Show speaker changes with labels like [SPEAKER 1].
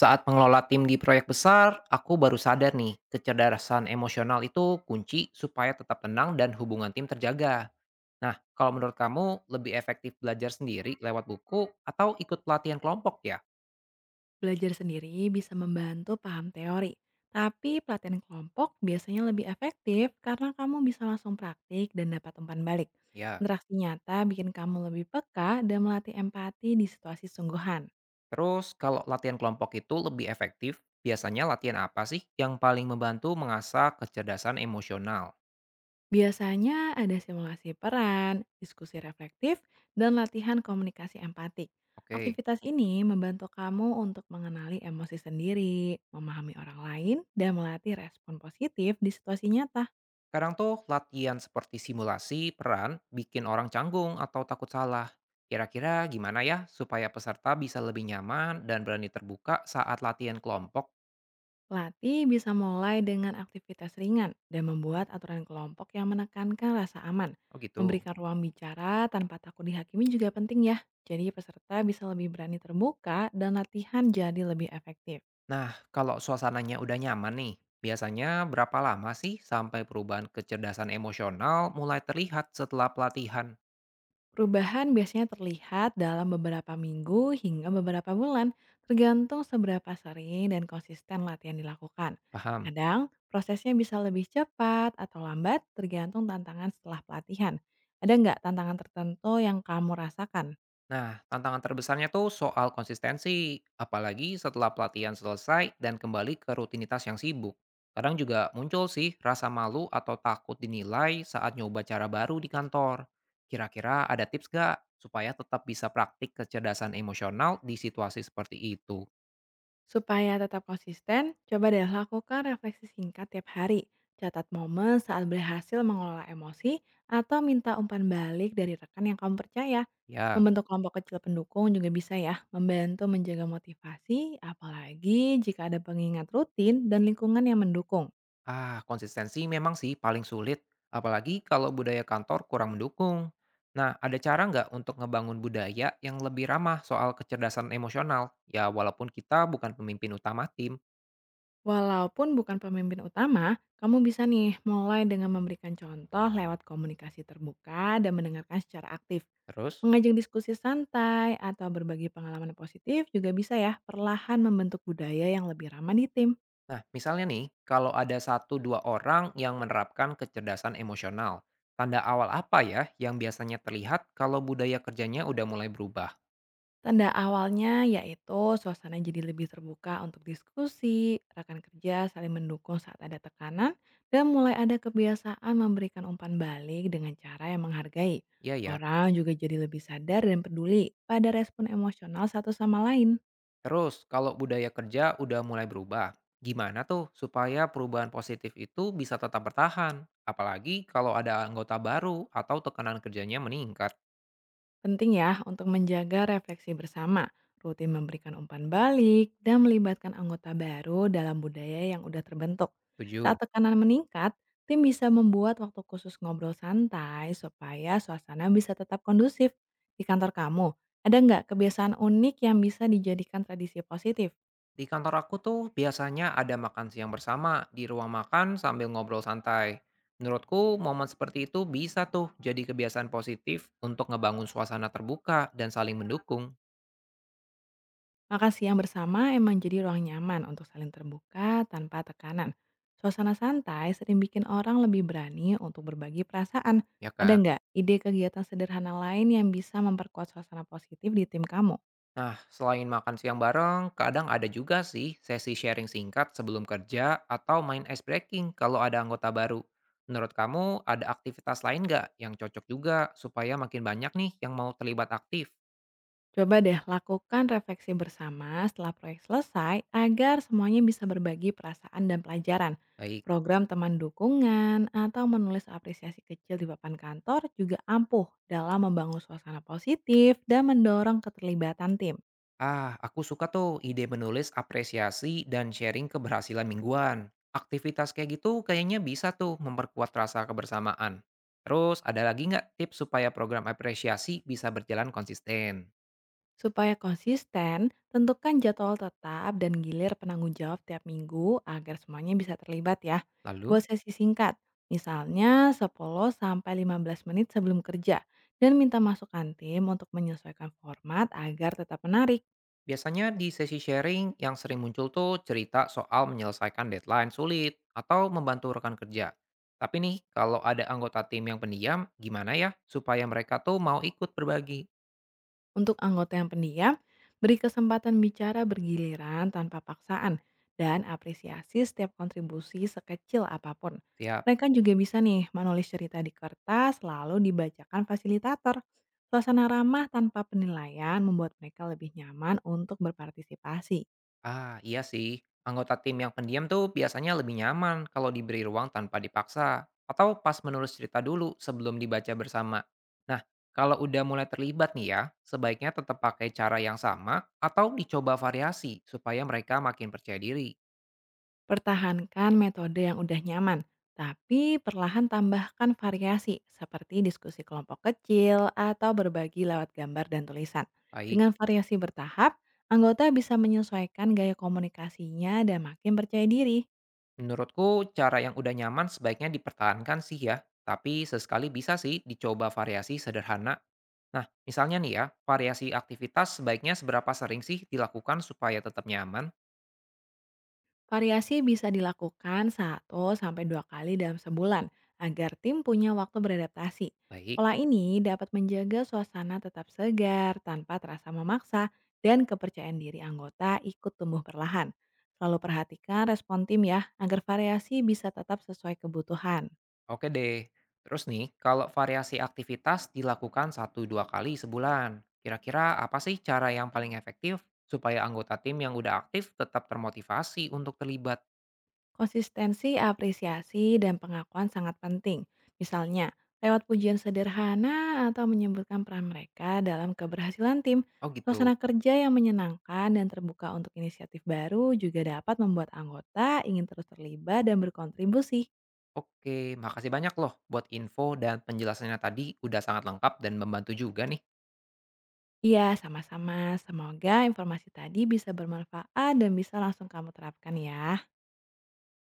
[SPEAKER 1] Saat mengelola tim di proyek besar, aku baru sadar nih, kecerdasan emosional itu kunci supaya tetap tenang dan hubungan tim terjaga. Nah, kalau menurut kamu lebih efektif belajar sendiri lewat buku atau ikut pelatihan kelompok ya?
[SPEAKER 2] Belajar sendiri bisa membantu paham teori, tapi pelatihan kelompok biasanya lebih efektif karena kamu bisa langsung praktik dan dapat umpan balik.
[SPEAKER 1] Ya.
[SPEAKER 2] Interaksi nyata bikin kamu lebih peka dan melatih empati di situasi sungguhan.
[SPEAKER 1] Terus kalau latihan kelompok itu lebih efektif, biasanya latihan apa sih yang paling membantu mengasah kecerdasan emosional?
[SPEAKER 2] Biasanya ada simulasi peran, diskusi reflektif, dan latihan komunikasi empatik.
[SPEAKER 1] Oke.
[SPEAKER 2] Aktivitas ini membantu kamu untuk mengenali emosi sendiri, memahami orang lain, dan melatih respon positif di situasi nyata.
[SPEAKER 1] Kadang tuh latihan seperti simulasi peran bikin orang canggung atau takut salah. Kira-kira gimana ya supaya peserta bisa lebih nyaman dan berani terbuka saat latihan kelompok?
[SPEAKER 2] Pelatih bisa mulai dengan aktivitas ringan dan membuat aturan kelompok yang menekankan rasa aman.
[SPEAKER 1] Oh gitu.
[SPEAKER 2] Memberikan ruang bicara tanpa takut dihakimi juga penting ya. Jadi peserta bisa lebih berani terbuka dan latihan jadi lebih efektif.
[SPEAKER 1] Nah, kalau suasananya udah nyaman nih, biasanya berapa lama sih sampai perubahan kecerdasan emosional mulai terlihat setelah pelatihan?
[SPEAKER 2] Perubahan biasanya terlihat dalam beberapa minggu hingga beberapa bulan, tergantung seberapa sering dan konsisten latihan dilakukan.
[SPEAKER 1] Paham?
[SPEAKER 2] Kadang, prosesnya bisa lebih cepat atau lambat tergantung tantangan setelah pelatihan. Ada nggak tantangan tertentu yang kamu rasakan?
[SPEAKER 1] Nah, tantangan terbesarnya tuh soal konsistensi, apalagi setelah pelatihan selesai dan kembali ke rutinitas yang sibuk. Kadang juga muncul sih rasa malu atau takut dinilai saat nyoba cara baru di kantor. Kira-kira ada tips gak supaya tetap bisa praktik kecerdasan emosional di situasi seperti itu?
[SPEAKER 2] Supaya tetap konsisten, coba deh lakukan refleksi singkat tiap hari. Catat momen saat berhasil mengelola emosi atau minta umpan balik dari rekan yang kamu percaya.
[SPEAKER 1] Ya.
[SPEAKER 2] Membentuk kelompok kecil pendukung juga bisa ya membantu menjaga motivasi apalagi jika ada pengingat rutin dan lingkungan yang mendukung.
[SPEAKER 1] Ah, konsistensi memang sih paling sulit, apalagi kalau budaya kantor kurang mendukung. Nah, ada cara nggak untuk ngebangun budaya yang lebih ramah soal kecerdasan emosional? Ya, walaupun kita bukan pemimpin utama tim.
[SPEAKER 2] Walaupun bukan pemimpin utama, kamu bisa nih mulai dengan memberikan contoh lewat komunikasi terbuka dan mendengarkan secara aktif.
[SPEAKER 1] Terus,
[SPEAKER 2] Mengajak diskusi santai atau berbagi pengalaman positif juga bisa ya perlahan membentuk budaya yang lebih ramah di tim.
[SPEAKER 1] nah misalnya nih, kalau ada satu dua orang yang menerapkan kecerdasan emosional, tanda awal apa ya yang biasanya terlihat kalau budaya kerjanya udah mulai berubah?
[SPEAKER 2] Tanda awalnya yaitu suasana jadi lebih terbuka untuk diskusi, rekan kerja saling mendukung saat ada tekanan, dan mulai ada kebiasaan memberikan umpan balik dengan cara yang menghargai.
[SPEAKER 1] Iya ya.
[SPEAKER 2] Orang juga jadi lebih sadar dan peduli pada respon emosional satu sama lain.
[SPEAKER 1] Terus, kalau budaya kerja udah mulai berubah, gimana tuh supaya perubahan positif itu bisa tetap bertahan? Apalagi kalau ada anggota baru atau tekanan kerjanya meningkat.
[SPEAKER 2] Penting ya untuk menjaga refleksi bersama, rutin memberikan umpan balik, dan melibatkan anggota baru dalam budaya yang udah terbentuk.
[SPEAKER 1] Tujuh.
[SPEAKER 2] Saat tekanan meningkat, tim bisa membuat waktu khusus ngobrol santai supaya suasana bisa tetap kondusif. Di kantor kamu, ada nggak kebiasaan unik yang bisa dijadikan tradisi positif?
[SPEAKER 1] Di kantor aku tuh biasanya ada makan siang bersama di ruang makan sambil ngobrol santai. Menurutku, momen seperti itu bisa tuh jadi kebiasaan positif untuk ngebangun suasana terbuka dan saling mendukung,
[SPEAKER 2] Makasih yang bersama emang jadi ruang nyaman untuk saling terbuka tanpa tekanan. Suasana santai sering bikin orang lebih berani untuk berbagi perasaan.
[SPEAKER 1] ya
[SPEAKER 2] Ada
[SPEAKER 1] kan?
[SPEAKER 2] nggak ide kegiatan sederhana lain yang bisa memperkuat suasana positif di tim kamu?
[SPEAKER 1] Nah, selain makan siang bareng, kadang ada juga sih sesi sharing singkat sebelum kerja atau main ice breaking kalau ada anggota baru. Menurut kamu ada aktivitas lain nggak yang cocok juga supaya makin banyak nih yang mau terlibat aktif?
[SPEAKER 2] Coba deh lakukan refleksi bersama setelah proyek selesai agar semuanya bisa berbagi perasaan dan pelajaran.
[SPEAKER 1] Baik.
[SPEAKER 2] Program teman dukungan atau menulis apresiasi kecil di papan kantor juga ampuh dalam membangun suasana positif dan mendorong keterlibatan tim.
[SPEAKER 1] Ah, aku suka tuh ide menulis apresiasi dan sharing keberhasilan mingguan. Aktivitas kayak gitu kayaknya bisa tuh memperkuat rasa kebersamaan. Terus ada lagi nggak tips supaya program apresiasi bisa berjalan konsisten?
[SPEAKER 2] Supaya konsisten, tentukan jadwal tetap dan gilir penanggung jawab tiap minggu agar semuanya bisa terlibat ya.
[SPEAKER 1] Lalu?
[SPEAKER 2] Buat sesi singkat, misalnya 10 sampai 15 menit sebelum kerja, dan minta masukan tim untuk menyesuaikan format agar tetap menarik.
[SPEAKER 1] Biasanya di sesi sharing yang sering muncul tuh cerita soal menyelesaikan deadline sulit atau membantu rekan kerja. Tapi nih, kalau ada anggota tim yang pendiam, gimana ya supaya mereka tuh mau ikut berbagi?
[SPEAKER 2] Untuk anggota yang pendiam, beri kesempatan bicara bergiliran tanpa paksaan dan apresiasi setiap kontribusi sekecil apapun.
[SPEAKER 1] Tiap,
[SPEAKER 2] Mereka juga bisa nih menulis cerita di kertas lalu dibacakan fasilitator. Suasana ramah tanpa penilaian membuat mereka lebih nyaman untuk berpartisipasi.
[SPEAKER 1] ah iya sih, anggota tim yang pendiam tuh biasanya lebih nyaman kalau diberi ruang tanpa dipaksa. Atau pas menulis cerita dulu sebelum dibaca bersama. Nah, kalau udah mulai terlibat nih ya, sebaiknya tetap pakai cara yang sama atau dicoba variasi supaya mereka makin percaya diri.
[SPEAKER 2] Pertahankan metode yang udah nyaman, tapi perlahan tambahkan variasi seperti diskusi kelompok kecil atau berbagi lewat gambar dan tulisan.
[SPEAKER 1] Baik.
[SPEAKER 2] Dengan variasi bertahap, anggota bisa menyesuaikan gaya komunikasinya dan makin percaya diri.
[SPEAKER 1] Menurutku cara yang udah nyaman sebaiknya dipertahankan sih ya, tapi sesekali bisa sih dicoba variasi sederhana. Nah, misalnya nih ya, variasi aktivitas sebaiknya seberapa sering sih dilakukan supaya tetap nyaman?
[SPEAKER 2] Variasi bisa dilakukan satu sampai dua kali dalam sebulan agar tim punya waktu beradaptasi.
[SPEAKER 1] Baik,
[SPEAKER 2] Pola ini dapat menjaga suasana tetap segar tanpa terasa memaksa dan kepercayaan diri anggota ikut tumbuh perlahan. Selalu perhatikan respon tim ya, agar variasi bisa tetap sesuai kebutuhan.
[SPEAKER 1] oke deh. Terus nih, kalau variasi aktivitas dilakukan satu dua kali sebulan, kira-kira apa sih cara yang paling efektif supaya anggota tim yang udah aktif tetap termotivasi untuk terlibat?
[SPEAKER 2] Konsistensi, apresiasi, dan pengakuan sangat penting. Misalnya, lewat pujian sederhana atau menyebutkan peran mereka dalam keberhasilan tim,
[SPEAKER 1] Oh
[SPEAKER 2] suasana
[SPEAKER 1] gitu.
[SPEAKER 2] kerja yang menyenangkan dan terbuka untuk inisiatif baru juga dapat membuat anggota ingin terus terlibat dan berkontribusi.
[SPEAKER 1] Oke, makasih banyak loh buat info dan penjelasannya tadi udah sangat lengkap dan membantu juga nih.
[SPEAKER 2] Iya, sama-sama. Semoga informasi tadi bisa bermanfaat dan bisa langsung kamu terapkan ya.